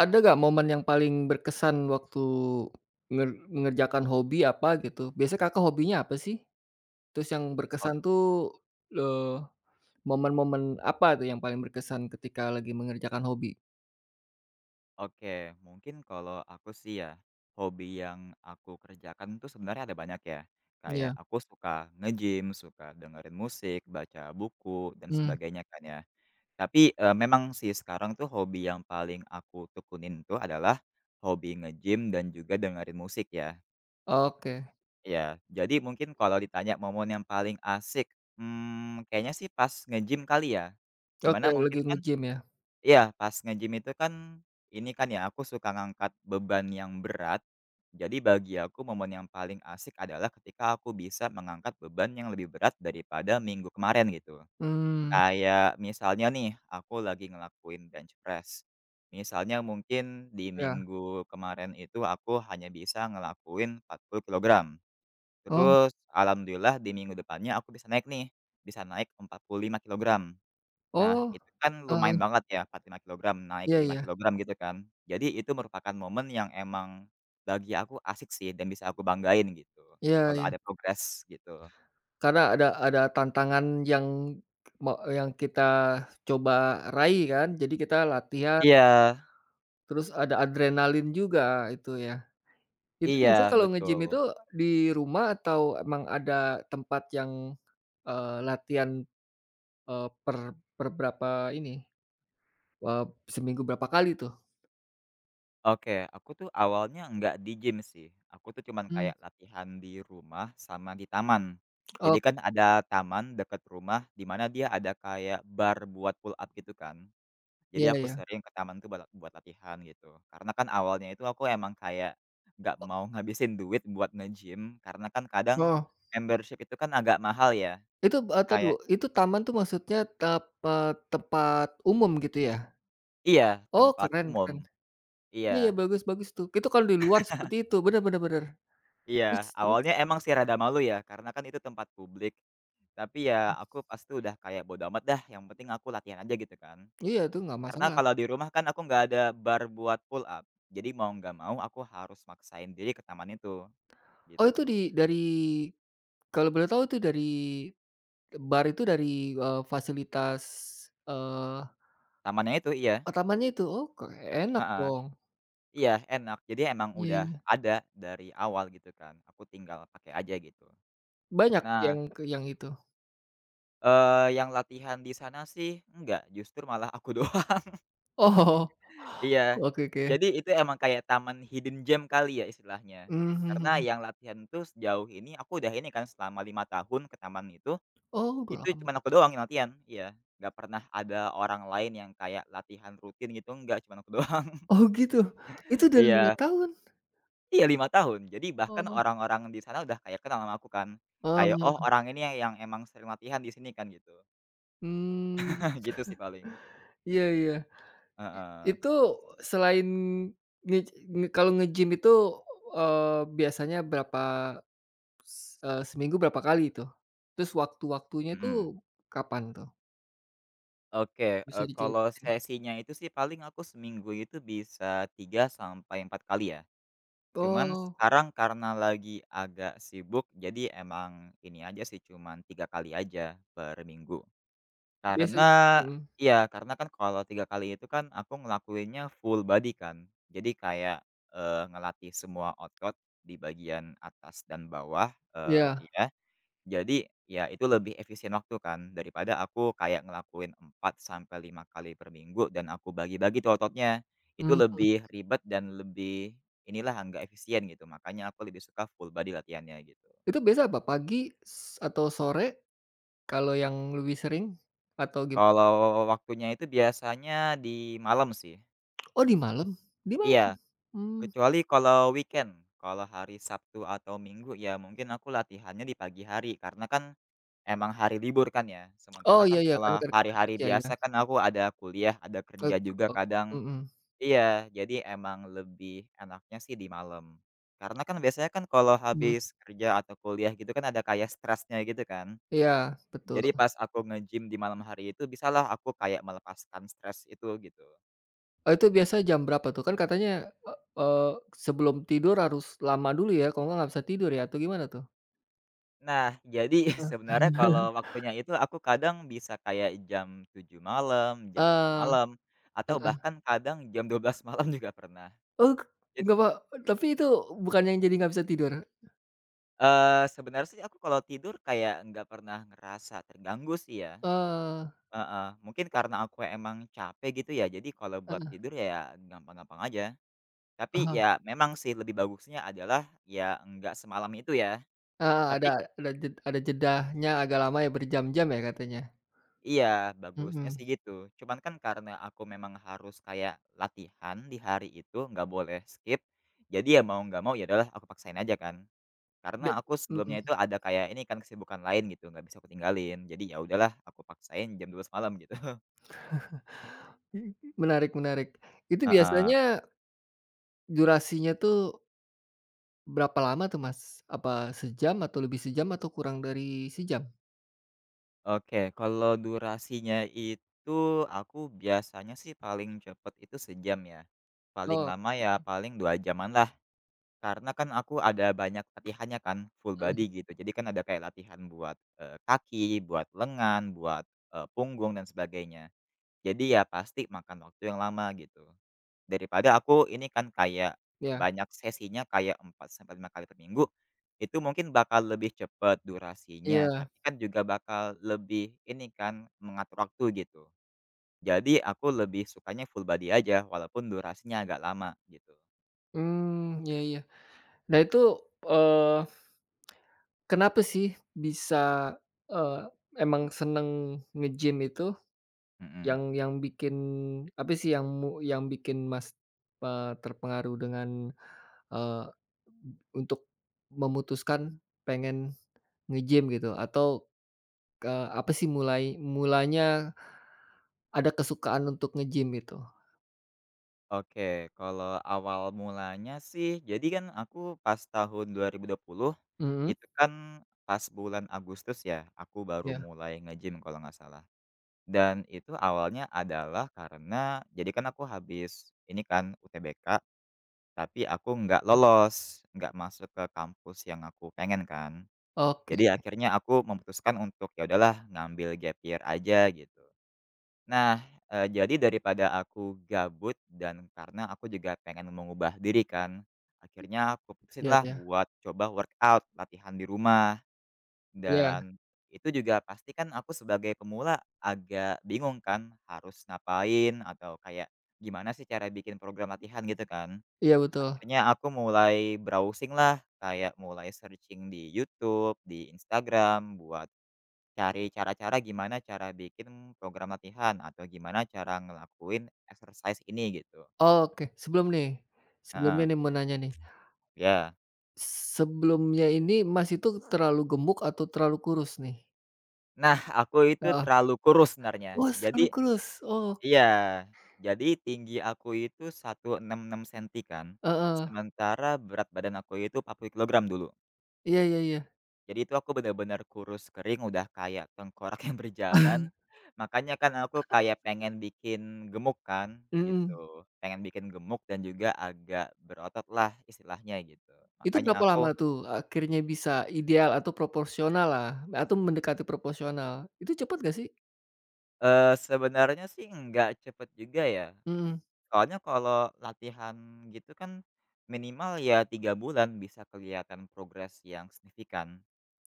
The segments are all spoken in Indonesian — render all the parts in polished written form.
Ada nggak momen yang paling berkesan waktu mengerjakan hobi apa gitu? Biasanya Kakak hobinya apa sih? Terus yang Ok berkesan tuh, eee, momen-momen apa tuh yang paling berkesan ketika lagi mengerjakan hobi? oke, mungkin kalau aku sih ya, hobi yang aku kerjakan tuh sebenarnya ada banyak ya. Kayak Ya, aku suka nge-gym, suka dengerin musik, baca buku, dan mmm, sebagainya kan ya. Tapi, memang sih sekarang tuh hobi yang paling aku tekunin tuh adalah hobi nge-gym dan juga dengerin musik ya. oke, Ya, jadi mungkin kalau ditanya momen yang paling asik, kayaknya sih pas nge-gym kali ya. Di oke, mana lagi mungkin kan. nge-gym ya? Iya, pas nge-gym itu kan, ini kan ya, aku suka ngangkat beban yang berat. Jadi bagi aku momen yang paling asik adalah ketika aku bisa mengangkat beban yang lebih berat daripada minggu kemarin gitu. Hmm, Kayak misalnya nih, aku lagi ngelakuin bench press. Misalnya mungkin di ya. minggu kemarin itu aku hanya bisa ngelakuin 40 kilogram. Oh, Terus alhamdulillah di minggu depannya aku bisa naik nih, bisa naik 45 kilogram. Nah, oh, itu kan lumayan heeh, banget ya 45 kilogram, naik iya, 5 iya, kilogram gitu kan. Jadi itu merupakan momen yang emang bagi aku asik sih dan bisa aku banggain gitu, iya, kalau iya, ada progres gitu. karena ada tantangan yang me yang kita coba raih kan, jadi kita latihan. Iya Terus ada adrenalin juga itu ya. Itu biasanya iya, kalau nge-gym betul. itu di rumah atau emang ada tempat yang, latihan, per per berapa ini, eee, seminggu berapa kali tuh? Oke, aku tuh awalnya nggak di gym sih, aku tuh cuman Mmm, kayak latihan di rumah sama di taman. Jadi oh, kan ada taman deket rumah di mana dia ada kayak bar buat pull up gitu kan. Jadi iya, aku iya, sering ke taman tuh bala buat latihan gitu. Karena kan awalnya itu aku emang kayak nggak mau ngabisin duit buat nge-gym, karena kan kadang heeh. membership itu kan agak mahal ya, Itu, entar dulu, kayak itu taman tuh maksudnya tempat umum gitu ya? iya, Oh, tempat keren, umum. keren. Iya, iya, Iya bagus, bagus tuh. Itu kalau di luar seperti itu, bener, bener, bener. Terus, iya, terus? awalnya emang sih rada malu ya, karena kan itu tempat publik. Tapi ya aku pas itu udah kayak bodo amat dah, yang penting aku latihan aja gitu kan. Iya, itu nggak Karena masalah. kalau di rumah kan aku nggak ada bar buat pull up, jadi mau nggak mau aku harus maksain diri ke taman itu, Oh, itu gitu. Dari, kalau boleh tahu itu dari bar itu dari, fasilitas, eee, Tamannya itu iya, oh, tamannya itu? Oh, enak heeh. dong. Iya, enak. Jadi emang Iya, udah iya. ada dari awal gitu kan, aku tinggal pakai aja gitu. Banyak Nah, yang yang itu? Yang latihan di sana sih enggak, justru malah aku doang. Oh. Iya. Oke, oke. Jadi itu emang kayak taman hidden gem kali ya istilahnya. Karena Mmm. yang latihan tuh sejauh ini aku udah ini kan selama 5 tahun ke taman Oh, udah itu lama. cuma aku doang yang latihan, iya. Nggak pernah ada orang lain yang kayak latihan rutin gitu, enggak, cuma aku doang. Oh gitu? Itu udah 5 Iya. tahun? Iya 5 tahun. Jadi bahkan Oh. orang-orang di sana udah kayak kenal sama aku kan. Kayak, "Oh Heeh. orang ini yang emang sering latihan di sini kan," gitu. Mmm, Gitu sih paling. iya, iya. Heeh, Itu selain nge nge kalau nge-gym itu, eee, biasanya berapa, s seminggu berapa kali itu? Terus waktu-waktunya itu mhm. kapan tuh? Oke, Bisa kalau diceritain? sesinya itu sih paling aku seminggu itu bisa 3 sampai 4 kali ya. Cuman Oh, sekarang karena lagi agak sibuk jadi emang ini aja sih cuman 3 kali aja per minggu. biasanya. Karena Mhm. iya, karena kan kalau 3 kali itu kan aku ngelakuinnya full body kan. Jadi kayak, ngelatih semua otot di bagian atas dan bawah, Iya. iya. Jadi, ya itu lebih efisien waktu kan, daripada aku kayak ngelakuin 4 sampai 5 kali per minggu dan aku bagi-bagi tuh ototnya. Itu Mhm. lebih ribet dan lebih inilah, nggak efisien gitu, makanya aku lebih suka full body latihannya gitu. Itu biasa apa? Pagi, atau sore, kalau yang lebih sering atau Kalau waktunya itu biasanya di malam sih. oh, di malam? Di malam? Iya. Mmm, Kecuali kalau weekend, kalau hari Sabtu atau Minggu ya mungkin aku latihannya di pagi hari karena kan emang hari libur kan ya. oh, Sementara iya, kan iya, kan kalau ker kerja hari-hari kerja ya, biasa kan aku ada kuliah, ada kerja ek juga ok, kadang. mhm. Iya, jadi emang lebih enaknya sih di malam. Karena kan biasanya kan kalau Mhm, habis kerja atau kuliah gitu kan ada kayak stresnya gitu kan. iya, betul. Jadi pas aku nge-gym di malam hari itu bisalah aku kayak melepaskan stres itu gitu. Oh, itu biasa jam berapa tuh? Kan katanya, e eee, sebelum tidur harus lama dulu ya, kalau nggak bisa tidur ya, atau gimana tuh? Nah, jadi Heeh. sebenarnya kalau waktunya itu aku kadang bisa kayak jam 7 malam, jam delapan Eee, malam, atau heeh. bahkan kadang jam 12 malam juga pernah. Oh, Jadi, nggak apa, tapi itu bukan yang jadi nggak bisa tidur? Sebenarnya sih aku kalau tidur kayak nggak pernah ngerasa terganggu sih ya, Oh, heeh. Mungkin karena aku emang capek gitu ya, jadi kalau buat heeh, tidur ya gampang-gampang aja. Tapi oh. ya memang sih lebih bagusnya adalah ya nggak semalam itu ya. Heeh, Tapi, ada jedahnya agak lama ya, berjam-jam ya katanya? iya, bagusnya Mhm. sih gitu. Cuman kan karena aku memang harus kayak latihan di hari itu, nggak boleh skip. Jadi ya mau nggak mau ya adalah aku paksain aja kan. Karena be aku sebelumnya mhm, itu ada kayak ini kan kesibukan lain gitu, nggak bisa aku tinggalin. Jadi ya udahlah aku paksain jam 12 malam gitu. menarik, menarik. Itu Heeh. biasanya durasinya tuh berapa lama tuh, Mas? Apa sejam atau lebih sejam atau kurang dari sejam? Oke, kalau durasinya itu aku biasanya sih paling cepet itu sejam ya. Paling Oh, lama ya paling 2 jaman lah. Karena kan aku ada banyak latihannya kan, full mhm, body gitu. Jadi kan ada kayak latihan buat, kaki, buat lengan, buat, punggung dan sebagainya. Jadi ya pasti makan waktu yang lama gitu. Daripada aku ini kan kayak iya, banyak sesinya kayak 4 sampai 5 kali per minggu, itu mungkin bakal lebih cepat durasinya, iya, tapi kan juga bakal lebih ini kan, mengatur waktu gitu. Jadi aku lebih sukanya full body aja walaupun durasinya agak lama gitu. mmm, iya, iya. Nah itu, eee, kenapa sih bisa, eee, emang seneng nge-gym itu? Mhm. Yang bikin apa sih yang yang bikin Mas, terpengaruh dengan, Eee, untuk memutuskan pengen nge-gym gitu atau, apa sih mulanya ada kesukaan untuk nge-gym itu? Oke, kalau awal mulanya sih jadi kan aku pas tahun 2020, Mhm, itu kan pas bulan Agustus ya, aku baru iya, mulai nge-gym kalau nggak salah. Dan itu awalnya adalah karena jadi kan aku habis ini kan UTBK, tapi aku nggak lolos, nggak masuk ke kampus yang aku pengen kan. oke, Jadi akhirnya aku memutuskan untuk ya udahlah ngambil gap year aja gitu. Nah, jadi daripada aku gabut dan karena aku juga pengen mengubah diri kan, akhirnya aku putusin ya, lah ya, buat coba workout, latihan di rumah, iya, dan itu juga pasti kan aku sebagai pemula agak bingung kan harus ngapain atau kayak gimana sih cara bikin program latihan gitu kan. iya, betul. Akhirnya aku mulai browsing-lah, kayak mulai searching di YouTube, di Instagram buat cari cara-cara gimana cara bikin program latihan atau gimana cara ngelakuin exercise ini gitu. Oke, sebelumnya Heeh, nih mau nanya nih, iya. sebelumnya ini Mas itu terlalu gemuk atau terlalu kurus nih? Nah, aku itu Heeh. terlalu kurus sebenarnya. Oh, Jadi selalu kurus? Oh, iya, jadi tinggi aku itu 166 sentimeter kan, heeh, sementara berat badan aku itu 40 kilogram dulu. iya, iya, iya, Jadi itu aku bener-bener kurus kering, udah kayak tengkorak yang berjalan, makanya kan aku kayak pengen bikin gemuk kan, mhm. gitu. Pengen bikin gemuk dan juga agak berotot lah istilahnya gitu. Itu berapa Makanya lama aku, tuh akhirnya bisa ideal atau proporsional lah, atau mendekati proporsional, itu cepet gak sih? Sebenarnya sih nggak cepet juga ya, Mhm, soalnya kalau latihan gitu kan minimal ya 3 bulan bisa kelihatan progres yang signifikan,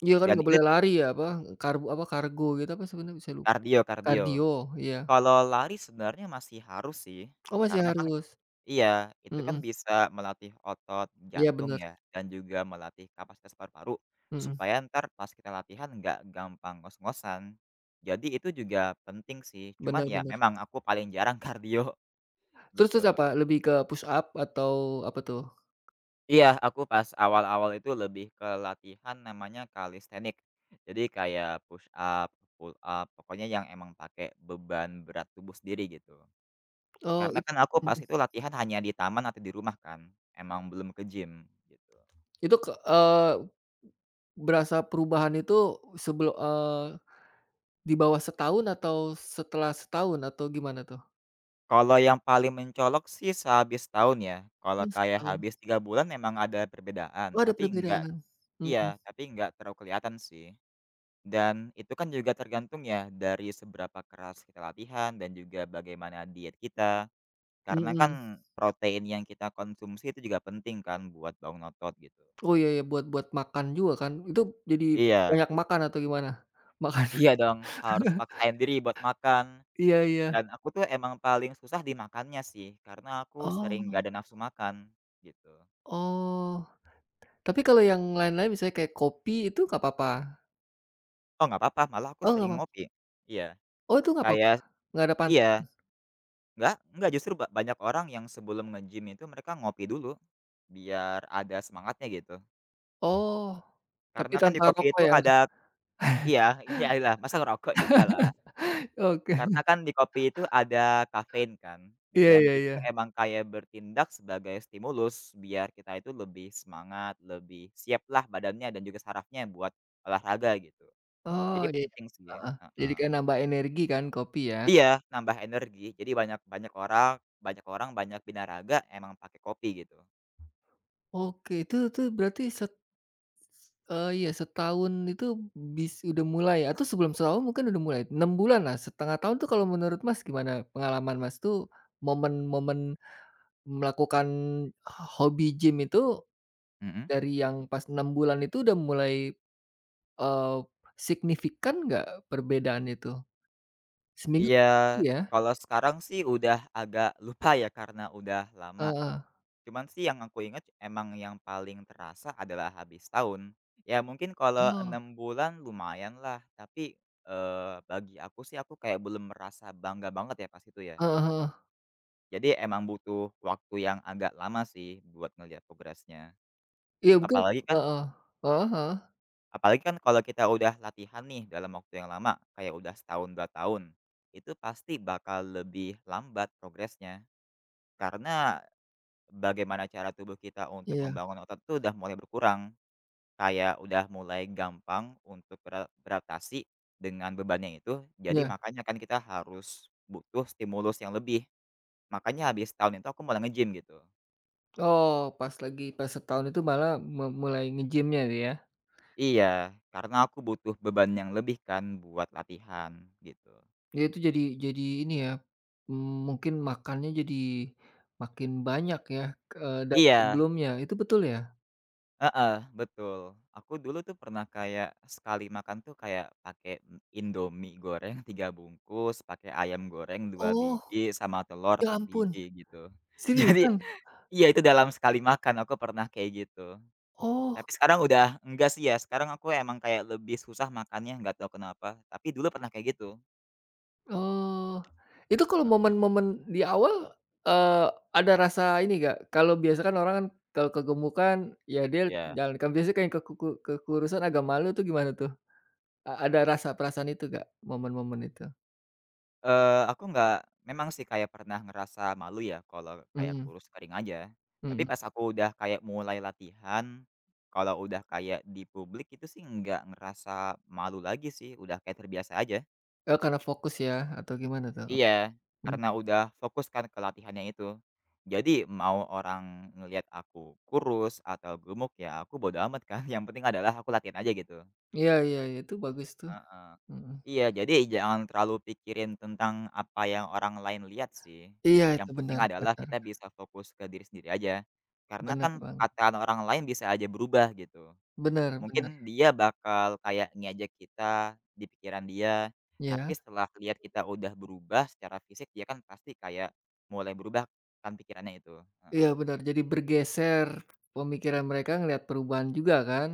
iya, kan dan nggak itu boleh lari ya, apa, karbo apa, kargo gitu apa, sebenarnya saya lupa deh. kardio kardio. Kardio, iya. Kalau lari sebenarnya masih harus sih, Oh, masih karena kan, harus, iya, itu kan mhm, bisa melatih otot iya, jantung bener, ya, dan juga melatih kapasitas paru-paru, mhm, supaya ntar pas kita latihan nggak gampang ngos-ngosan. Jadi itu juga penting sih, cuman bener, ya bener. memang aku paling jarang kardio, Terus, terus gitu. apa, lebih ke push up atau apa tuh? Iya, aku pas awal-awal itu lebih ke latihan namanya calisthenics. Jadi kayak push up, pull up, pokoknya yang emang pakai beban berat tubuh sendiri gitu. Oh, Karena kan aku pas mhm, itu latihan hanya di taman atau di rumah kan, emang belum ke gym, gitu. itu berasa perubahan itu, sebelu eee, di bawah setahun atau setelah setahun atau gimana tuh? Kalau yang paling mencolok sih sehabis tahun ya, kalau Oh, kayak setahun. habis 3 bulan memang ada Oh, perbedaan, ada tapi enggak, perbedaan. Mhm, iya, tapi enggak terlalu kelihatan sih. Dan itu kan juga tergantung ya dari seberapa keras kita latihan dan juga bagaimana diet kita, karena mhm. kan protein yang kita konsumsi itu juga penting kan buat bangun otot gitu. Oh, iya, iya, buat buat makan juga kan? Itu jadi Iya, banyak makan atau gimana? Makan. iya dong, harus paksain diri buat makan, Iya, iya. dan aku tuh emang paling susah di makannya sih, karena aku sering gak Oh, ada nafsu makan, gitu. oh. Tapi kalau yang lain-lain misalnya kayak kopi itu nggak apa-apa? Oh, nggak apa-apa, malah aku Oh, nggak sering apa, ngopi. Iya, oh, itu nggak apa-apa? kayak Nggak ada iya, nggak justru banyak orang yang sebelum nge-gym itu mereka ngopi dulu, biar ada semangatnya gitu. oh, tapi Karena kan di tanpa kopi rokok itu ya? ada iya, iyalah, masa ngerokok? Enggak lah. Oke. Karena kan di kopi itu ada kafein kan, Iya, dan iya, itu iya. emang kayak bertindak sebagai stimulus, biar kita itu lebih semangat, lebih siap lah badannya dan juga sarafnya buat olahraga gitu. Oh, Jadi iya, iya. penting sih, Heeh. Jadi heeh. kayak nambah energi kan kopi ya? Iya, nambah energi. Jadi banyak banyak orang banyak orang, banyak binaraga emang pakai kopi gitu. Oke, itu berarti, iya, setahun itu, udah mulai atau sebelum setahun mungkin udah mulai, 6 bulan lah, setengah tahun tuh, kalau menurut Mas gimana pengalaman Mas tuh momen-momen melakukan hobi gym itu Mhm. dari yang pas 6 bulan itu udah mulai, eee, signifikan nggak perbedaannya tuh? Seminggu Iya, kali ya? kalau sekarang sih udah agak lupa ya karena udah lama. Heeh. Cuman sih yang aku ingat emang yang paling terasa adalah habis tahun. Ya mungkin kalau Oh, 6 bulan lumayan lah, tapi, bagi aku sih aku kayak belum merasa bangga banget ya pas itu ya, heeh, gitu. heeh. Jadi emang butuh waktu yang agak lama sih buat ngelihat progresnya. Iya mungkin Apalagi kan heeh, heeh, heeh, Apalagi kan kalau kita udah latihan nih dalam waktu yang lama, kayak udah setahun, 2 tahun, itu pasti bakal lebih lambat progresnya. Karena bagaimana cara tubuh kita untuk iya, membangun otot itu udah mulai berkurang, kayak udah mulai gampang untuk beradaptasi dengan bebannya itu. Jadi iya. makanya kan kita harus butuh stimulus yang lebih. Makanya habis tahun itu aku mulai nge-gym gitu. Oh, pas setahun itu malah mulai nge-gym-nya ya? Iya, karena aku butuh beban yang lebih kan buat latihan gitu. Ya itu jadi ini ya, mungkin makannya jadi makin banyak ya, dari Iya. sebelumnya, itu betul ya? Heeh, betul. Aku dulu tuh pernah kayak sekali makan tuh kayak pakai Indomie goreng 3 bungkus, pakai ayam goreng dua Oh, biji, sama telur ya 4 ampun, biji gitu. Jadi seriusan? iya itu dalam sekali makan aku pernah kayak gitu. Oh, Tapi sekarang udah enggak sih ya, sekarang aku emang kayak lebih susah makannya, nggak tahu kenapa, tapi dulu pernah kayak gitu. eee, itu kalau Heeh, momen-momen di awal, eee, ada rasa ini gak, kalau biasa kan orang kan, kalau kegemukan ya dia iya. jalan kan biasanya kayak kekurusan agak malu tuh gimana tuh? Ada rasa perasaan itu gak momen-momen itu? Aku nggak memang sih kayak pernah ngerasa malu ya kalau kayak Mhm, kurus kering aja. Tapi mhm. pas aku udah kayak mulai latihan, kalau udah kayak di publik itu sih nggak ngerasa malu lagi sih, udah kayak terbiasa aja. Oh, karena fokus ya atau gimana tuh? Iya. Karena udah fokus kan ke latihannya itu. Jadi mau orang ngelihat aku kurus atau gemuk ya aku bodo amat kan, yang penting adalah aku latihan aja gitu. Iya, iya, iya, itu bagus tuh, Heeh. mhm. Iya, jadi jangan terlalu pikirin tentang apa yang orang lain lihat sih, Iya, yang itu penting benar, adalah benar, kita bisa fokus ke diri sendiri aja. Karena benar kan banget, perkataan orang lain bisa aja berubah gitu, benar, benar, mungkin dia bakal kayak ngejek kita di pikiran dia, iya, tapi setelah lihat kita udah berubah secara fisik dia kan pasti kayak mulai berubah kan pikirannya itu, iya, heeh. benar, jadi bergeser pemikiran mereka ngelihat perubahan juga kan?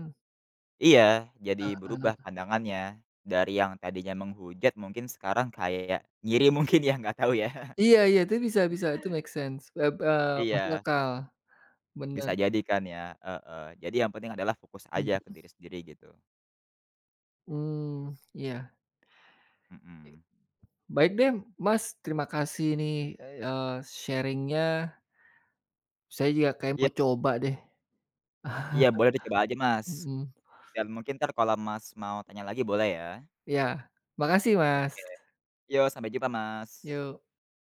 Iya, jadi Heeh. berubah pandangannya, dari yang tadinya menghujat mungkin sekarang kayak ngiri mungkin ya, nggak tahu ya. Iya, iya, itu bisa, bisa, itu make sense, masuk Iya. akal, bener, Bisa jadi kan ya, heeh. Jadi yang penting adalah fokus aja mhm, ke diri sendiri gitu, mmm, iya. mhm. Baik deh Mas, terima kasih nih, eee, sharing-nya, saya juga kayaknya Iya mau coba deh. iya boleh dicoba aja Mas, Mhm, dan mungkin entar kalau Mas mau tanya lagi boleh ya? iya, makasih Mas, Oke, yo sampai jumpa Mas. yok.